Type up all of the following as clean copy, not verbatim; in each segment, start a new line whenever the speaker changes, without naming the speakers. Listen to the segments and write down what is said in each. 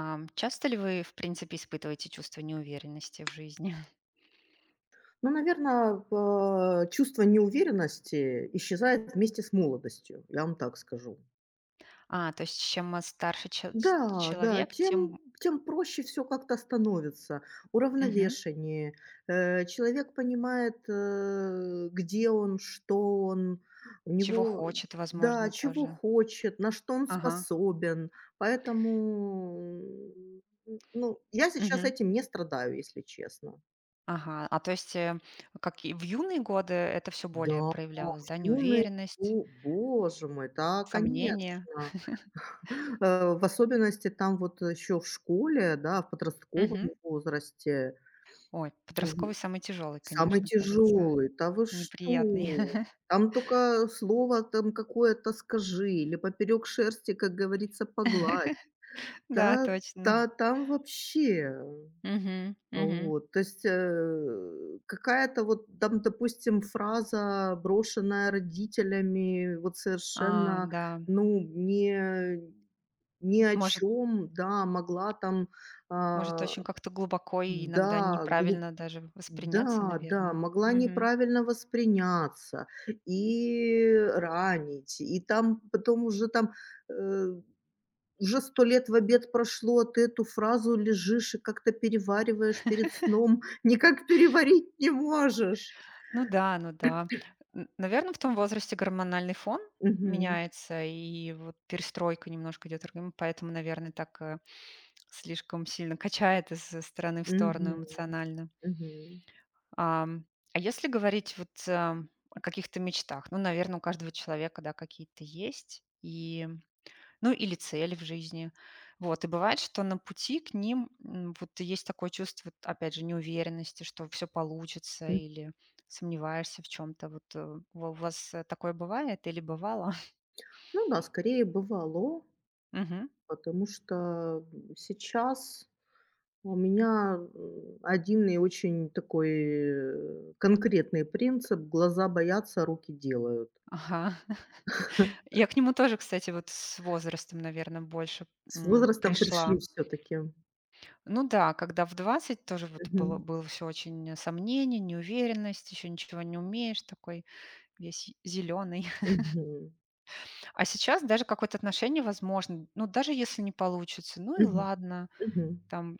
Часто ли вы, в принципе, испытываете чувство неуверенности в жизни?
Ну, наверное, чувство неуверенности исчезает вместе с молодостью, я вам так скажу.
А, то есть чем старше
Да, да,
человек,
тем
тем.
тем проще все как-то становится,
Мгм.
уравновешеннее. Человек понимает, где он, что он, у
Чего
него
хочет,
да,
возможно,
чего
тоже.
хочет, на что он
Ага.
способен. Поэтому, ну, я сейчас
Мгм.
этим не страдаю, если честно.
Ага. А то есть, как и в юные годы это все более
Да, в
проявлялось, да,
юные.
неуверенность,
О, боже мой, да,
сомнения.
конечно. В особенности там вот еще в школе, да, в подростковом
Мгм.
возрасте.
Ой,
Мгм.
подростковый самый тяжелый,
Самый
конечно, кажется,
тяжелый. Да вы
неприятный.
что? Там только слово там какое-то скажи или поперек шерсти, как говорится, погладь.
Да,
Та
точно.
та там вообще.
Мгм. Мгм.
Вот, то есть, какая-то вот там, допустим, фраза, брошенная родителями, вот
А,
совершенно,
да.
ну, не ни о
Может,
чем, да, могла там,
Может
а,
очень как-то глубоко и иногда
да, глуп,
неправильно даже восприняться,
да, да,
наверное.
могла
Мгм.
неправильно восприняться и ранить, и там потом уже там, э уже 100 лет в обед прошло, а ты эту фразу лежишь и как-то перевариваешь перед сном, никак переварить не можешь.
Ну да, ну да. Наверное, в том возрасте гормональный фон
Мгм.
меняется, и вот перестройка немножко идет, организма, поэтому, наверное, так, слишком сильно качает из стороны в сторону
Мгм.
эмоционально.
Мгм.
Ам, а если говорить вот, о каких-то мечтах, ну, наверное, у каждого человека, да, какие-то есть. Ну, или цель в жизни. Вот, и бывает, что на пути к ним, вот есть такое чувство, опять же, неуверенности, что все получится,
М.
или сомневаешься в чем то. Вот, у вас такое бывает или бывало?
Ну да, скорее бывало,
Мгм.
потому что, сейчас у меня, один и очень такой, конкретный принцип: глаза боятся, руки делают.
Ага. Я к нему тоже, кстати, вот с возрастом, наверное, больше,
С возрастом пришли
пришла.
все таки.
Ну да, когда в 20 тоже вот было
Мгм.
было все очень сомнение, неуверенность, еще ничего не умеешь, такой весь зеленый.
Мгм.
А сейчас даже какое-то отношение возможно. Ну, даже если не получится, ну и
Мгм.
ладно,
Мгм.
там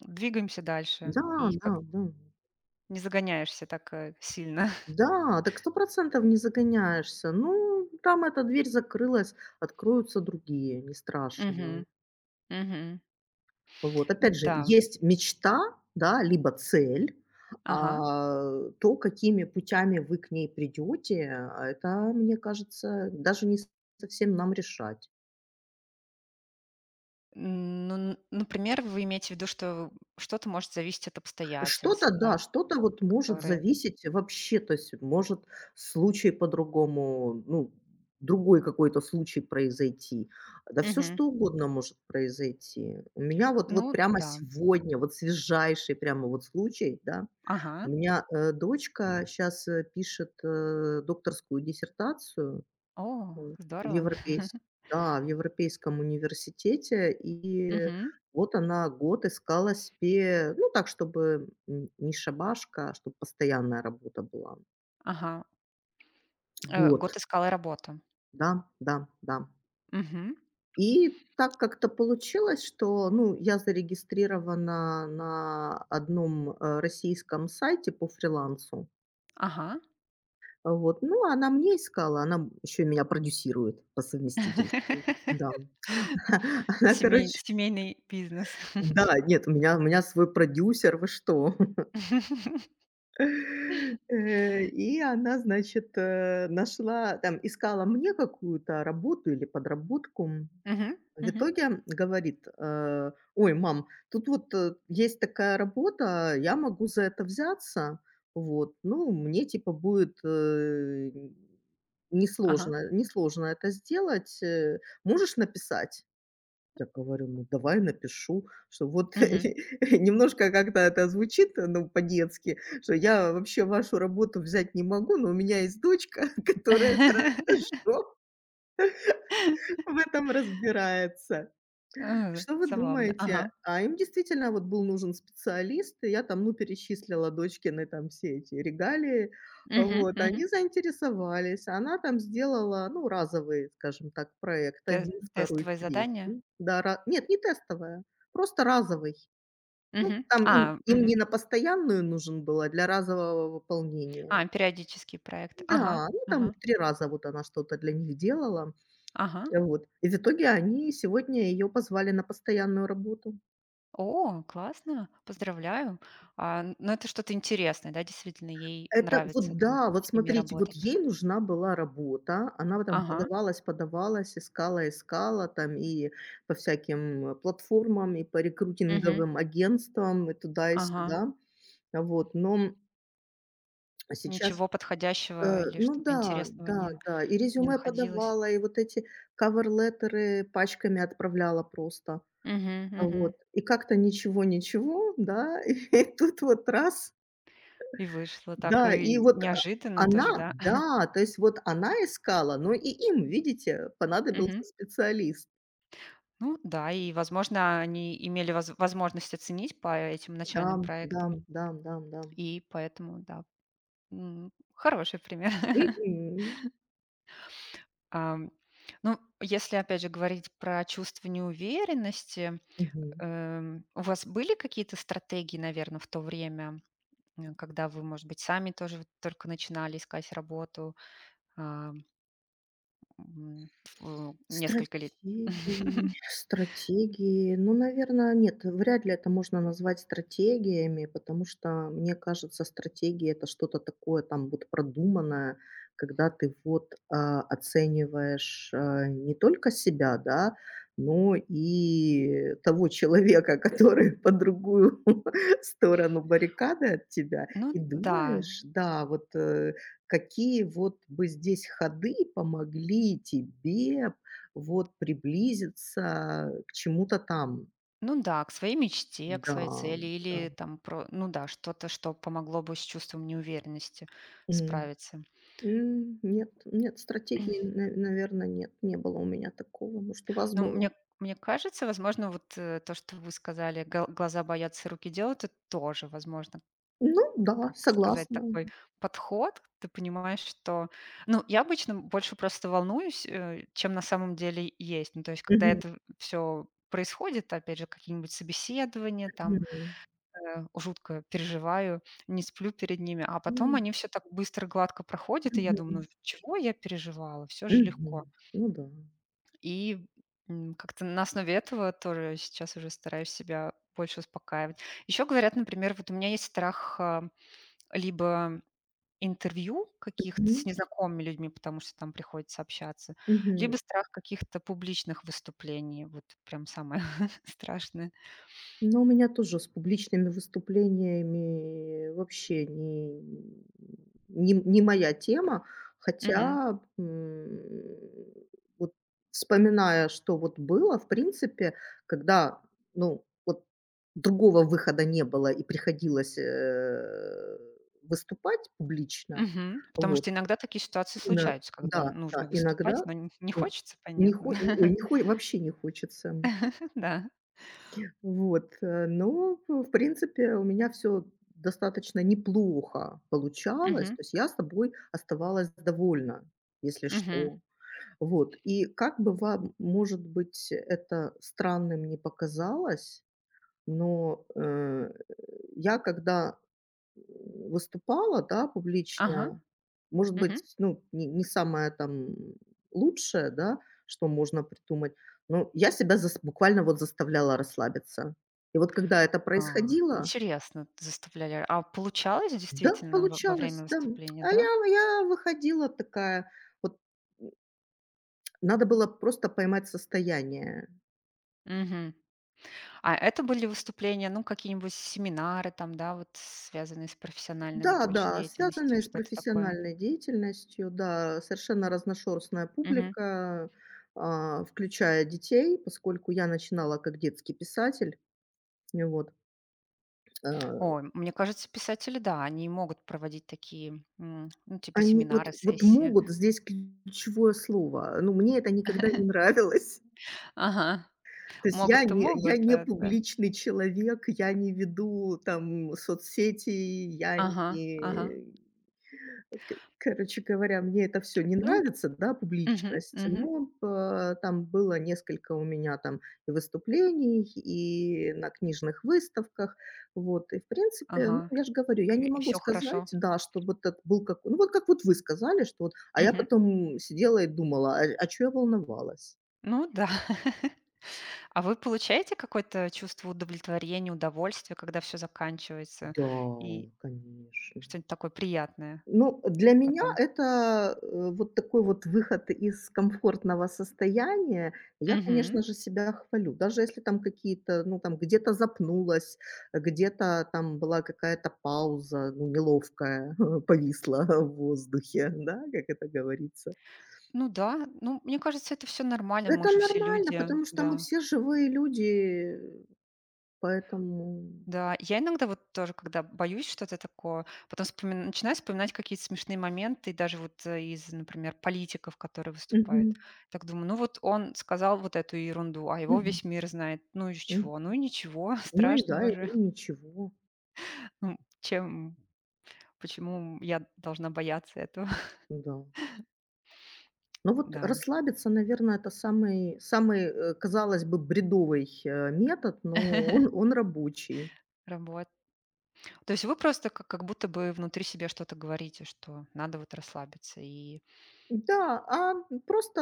двигаемся дальше.
Да,
И
да,
как
да.
не загоняешься так сильно.
Да, так 100 процентов не загоняешься. Ну, там эта дверь закрылась, откроются другие, не страшно.
Мгм. Мгм.
Вот, опять же,
Н-да.
есть мечта, да, либо цель,
Ага.
а то, какими путями вы к ней придете, а это, мне кажется, даже не совсем нам решать.
Ну, например, вы имеете в виду, что что-то может зависеть от обстоятельств,
Что-то, да,
да,
что-то вот может
которые.
зависеть вообще, то есть может случай по-другому, ну, другой какой-то случай произойти. Да все
Мгм.
что угодно может произойти. У меня вот
Ну,
прямо
да.
сегодня, вот свежайший прямо вот случай, да.
Ага.
У меня, дочка сейчас пишет, докторскую диссертацию.
О,
М, в
здорово.
европейс да, в европейском университете. И
Мгм.
вот она год искала себе, ну, так, чтобы, не шабашка, а чтоб постоянная работа была.
Ага.
Год.
Год искала работу.
Да, да, да.
Мгм.
И так как-то получилось, что, ну, я зарегистрирована на одном российском сайте по фрилансу.
Ага.
Вот, ну, она мне искала, она еще и меня продюсирует по совместительству. Да. Она,
Семей
короче.
семейный бизнес.
Да, нет, у меня свой продюсер, вы что? И она, значит, нашла, там, искала мне какую-то работу или подработку.
Мгм,
В
мгм.
итоге говорит: "Ой, мам, тут вот, есть такая работа, я могу за это взяться. Вот, ну, мне типа будет,
Ага.
несложно это сделать. Э, можешь написать?" Я говорю: "Ну, давай напишу, что вот"
Мгм.
немножко как-то это звучит, ну, по-детски, что я вообще вашу работу взять не могу, но у меня есть дочка, которая хорошо в этом разбирается. Что вы
Забавно.
думаете?
Ага.
А им действительно вот был нужен специалист, и я там, ну, перечислила дочкины там все эти регалии.
Мгм,
Вот,
мгм.
они заинтересовались. Она там сделала, ну, разовый, скажем так, проект.
Те
Один, второй,
Тестовые задания?
третий. Да, ра нет, не тестовая, просто разовый. Ну,
Мгм.
там им
А,
им
мгм.
не на постоянную нужен была для разового выполнения.
А, периодический проект. Ага,
Да, ну, там
ага,
3 раза вот она что-то для них делала.
ага.
Вот, и в итоге они сегодня ее позвали на постоянную работу.
О, классно, поздравляю. А, ну, это что-то интересное, да, действительно, ей
Это
нравится
вот
там
да, вот
с ними
смотрите, вот
работать.
ей нужна была работа, она вот там
Ага,
подавалась, подавалась, искала, искала там и по всяким платформам, и по
мгм,
рекрутинговым агентствам, и туда, и
ага.
сюда. Вот, но сейчас,
Ничего
э,
подходящего или
ну
что-то
да,
интересного
да,
не
да, и
не
резюме
находилось?
подавала, и вот эти кавер-леттеры пачками отправляла просто.
Мгм, мгм.
Вот, и как-то ничего-ничего, да, и тут вот раз.
И вышло так,
Да,
и
и вот,
неожиданно тоже,
она
да?
да, то есть вот она искала, но и им, видите, понадобился
Мгм.
специалист.
Ну да, и, возможно, они имели возможность оценить по этим
Да,
начальным
да,
проектам,
да, да, да.
и поэтому, да, хороший пример.
Мгм,
Ам, ну, если, опять же, говорить про чувство неуверенности,
мгм.
у вас были какие-то стратегии, наверное в то время, когда вы, может быть, сами тоже вот только начинали искать работу, ам, м, в несколько лет?
Стратегии, стратегии. Ну, наверное, нет, вряд ли это можно назвать стратегиями, потому что, мне кажется, стратегия — это что-то такое там вот продуманное, когда ты вот, оцениваешь, не только себя, да, но и того человека, который по другую сторону баррикады от тебя,
Ну
и
да.
думаешь, да, вот, какие вот бы здесь ходы помогли тебе вот приблизиться к чему-то там.
Ну да, к своей мечте, к
Да,
своей цели
да.
или там про, ну да, что-то, что помогло бы с чувством неуверенности
М.
справиться.
М, нет, нет, стратегии, наверное, нет, не было у меня такого. Может, у вас
Ну,
было?
мне кажется, возможно, вот то, что вы сказали, глаза боятся, руки делают, это тоже, возможно,
Ну да,
как сказать,
согласна.
такой подход. Ты понимаешь, что... Ну, я обычно больше просто волнуюсь, чем на самом деле есть. Ну, то есть, когда
Мгм,
это все происходит, опять же, какие-нибудь собеседования, там,
мгм.
жутко переживаю, не сплю перед ними. А потом
М,
они все так быстро, гладко проходят, и я думаю:
мгм,
"Ну, чего я переживала? Все же
мгм.
легко".
Ну да.
И, как-то на основе этого тоже сейчас уже стараюсь себя больше успокаивать. Еще говорят, например, вот у меня есть страх, либо интервью каких-то
Мгм,
с незнакомыми людьми, потому что там приходится общаться,
мгм.
либо страх каких-то публичных выступлений. Вот прям самое страшное.
Но у меня тоже с публичными выступлениями вообще не не моя тема.
Мгм.
Хотя, вот вспоминая, что вот было, в принципе, когда, ну, вот другого выхода не было и приходилось, выступать публично,
Мгм. Потому
вот,
что иногда такие ситуации
ино
случаются, когда
да,
нужно
да,
выступать,
иногда
но н не
и
хочется,
не
понятно.
хо ой, не хо вообще не хочется.
Да.
Вот, но, в принципе, у меня все достаточно неплохо получалось.
Мгм.
То есть я собой оставалась довольна, если
Мгм.
что. Вот, и как бы вам, может быть, это странным не показалось, но, я когда выступала, да,
Ага.
публично. Может
Мгм.
быть, ну, не самое там лучшее, да, что можно придумать, но я себя зас буквально вот заставляла расслабиться. И вот когда это
А,
происходило,
интересно, т заставляли. А получалось
да,
действительно во время
получалось, да.
выступления,
А
да?
я я выходила такая, вот, м, надо было просто поймать состояние.
Мгм. А это были выступления, ну, какие-нибудь семинары там, да, вот связанные с профессиональным
Да,
больше
да,
деятельностью,
связанные с
что-то такое?
профессиональной деятельностью, да, совершенно разношерстная
Мгм.
публика, включая детей, поскольку я начинала как детский писатель. Ну вот, а,
Ой, мне кажется, писатели, да, они могут проводить такие, ну, типа
они вот
семинары,
вот
сессии.
могут здесь ключевое слово. Ну, мне это никогда не нравилось.
Ага.
То есть я
Могут то
не я
могут,
не
да.
публичный человек, я не веду там соцсети, я
Ага, ага.
не к короче говоря, мне это все не
Ну. д
нравится, да,
мгм,
публичность,
мгм.
но, там было несколько у меня там и выступлений, и на книжных выставках. Вот, и в принципе, ну,
Ага.
я же говорю, я
И
не
и
могу
хорошо.
сказать, да, что вот это был как ну, вот как вот вы сказали, что вот, а я
Мгм.
потом сидела и думала: "А а чё я волновалась?"
Ну да. А вы получаете какое-то чувство удовлетворения, удовольствия, когда все заканчивается и
Да, конечно.
что-нибудь такое приятное
Ну, для меня
потом?
это, вот такой вот выход из комфортного состояния. Я,
Мгм.
конечно же, себя хвалю. Даже если там какие-то, ну, там где-то запнулась, где-то там была какая-то пауза, ну, неловкая, повисла в воздухе, да, как это говорится.
Ну да, ну, мне кажется, это все нормально, мы
Это
же все
нормально,
люди,
потому что мы
да.
все живые люди, поэтому.
Да, я иногда вот тоже, когда боюсь что-то такое, потом начинаю вспоминать какие-то смешные моменты, и даже вот из, например, политиков, которые выступают.
Мгм.
Так думаю, ну вот он сказал вот эту ерунду, а его
Мгм.
весь мир знает. Ну и
Мгм.
чего? Ну и ничего
Ну и да,
страшного
и
же.
ну ничего.
Ну, почему я должна бояться этого?
Да. Ну вот
Да.
расслабиться, наверное, это самый, казалось бы, бредовый, метод, но он он рабочий.
Работ. То есть вы просто как будто бы внутри себя что-то говорите, что надо вот расслабиться. И...
Да, а просто,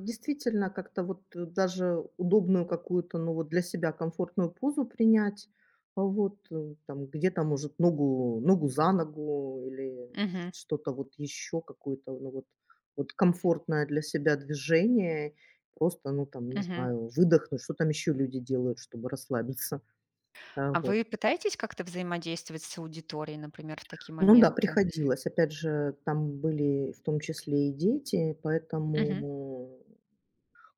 действительно как-то вот даже удобную какую-то, ну вот для себя комфортную позу принять. Вот, там где-то, может, ногу за ногу или
Мгм.
что-то вот еще, какое-то, ну вот вот комфортное для себя движение. Просто, ну там, не
Мгм.
знаю, выдохнуть. Что там еще люди делают, чтобы расслабиться?
А
Вот.
вы пытаетесь как-то взаимодействовать с аудиторией, например, в такие
Ну да,
моменты?
приходилось. Опять же, там были в том числе и дети,
Мгм.
поэтому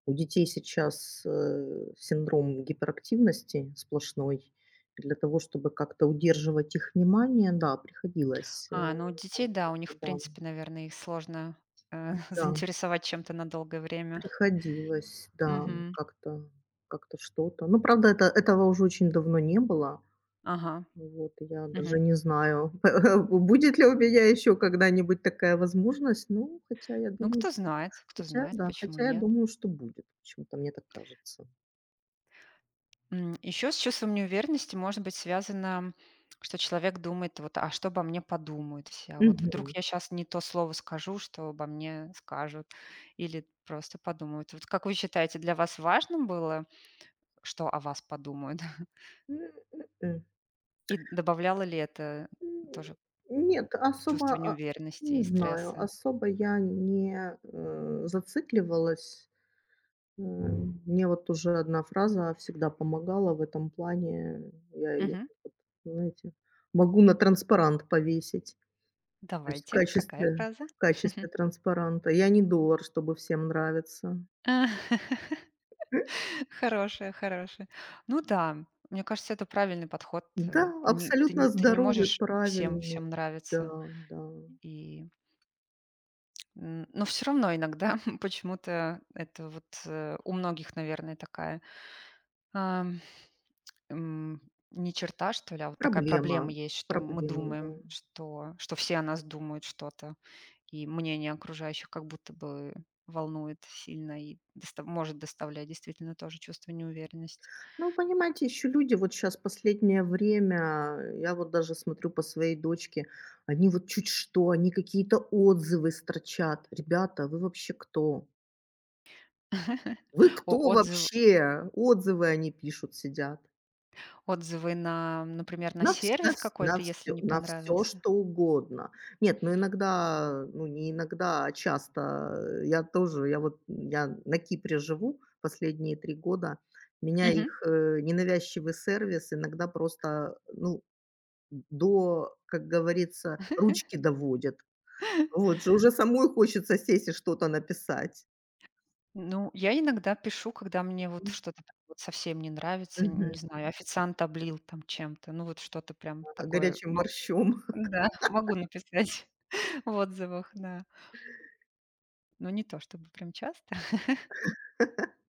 у детей сейчас, синдром гиперактивности сплошной. Для того, чтобы как-то удерживать их внимание, да, приходилось,
А, ну, у детей,
там
да, у них, в
как-то да.
принципе, наверное, их сложно, э,
Да,
заинтересовать чем-то на долгое время.
приходилось, да,
Мгм.
как-то что-то. Ну, правда, это этого уже очень давно не было.
Ага.
Вот, я
Мгм.
даже не знаю, будет ли у меня еще когда-нибудь такая возможность. Ну, хотя я
Ну,
думаю, что
кто
хотя
знает,
да,
почему
хотя я
нет.
думаю, что будет. Почему-то мне так кажется.
Еще с чувством неуверенности может быть связано, что человек думает: "Вот, а что обо мне подумают все? А вот вдруг
Мгм.
я сейчас не то слово скажу, что обо мне скажут или просто подумают". Вот как вы считаете, для вас важно было что о вас подумают?
М, м-м.
И добавляло ли это
М,
тоже, м,
Нет, особо,
чувство неуверенности
не
и
знаю,
стресса?
особо я не, зацикливалась. Мне вот уже одна фраза всегда помогала в этом плане. Я её,
Мгм.
вот, знаете, могу на транспарант повесить. То есть в
Давайте, какая
качестве
фраза?
в качестве транспаранта. Я не доллар, чтобы всем нравиться.
А, хорошая, хорошая. Ну да, мне кажется, это правильный подход.
Да,
Ты, не
абсолютно
ты не
здоровый,
можешь всем,
правильный.
всем
Да,
нравиться.
да.
И, но все равно иногда почему-то это вот у многих, наверное, такая. М, Не черта, что ли, а вот такая проблема
Проблема,
есть, что мы
проблема, да.
думаем, что все о нас думают что-то, и мнение окружающих как будто бы волнует сильно и доста может доставлять действительно тоже чувство неуверенности.
Ну, понимаете, еще люди вот сейчас последнее время, я вот даже смотрю по своей дочке, они вот чуть что, они какие-то отзывы строчат. Ребята, вы вообще кто? Вы
О,
кто вообще? Отзывы они пишут, сидят.
отзывы на, например, на сервис
На
какой-то, если
все
не
на всё,
понравился.
что угодно. Нет, ну, иногда, ну, не иногда, а часто, э, я тоже, я вот, я на Кипре живу последние 3 года. Меня
Мгм.
их, ненавязчивый сервис иногда просто, ну, до, как говорится, ручки доводит. Вот же уже самой хочется сесть и что-то написать.
Ну, я иногда пишу, когда мне вот
Мгм.
что-то прям вот совсем не нравится, не знаю, официант облил там чем-то, ну, вот что-то прям
А
такое.
горячим борщом.
Да, могу написать в отзывах, да, но не то чтобы прям часто.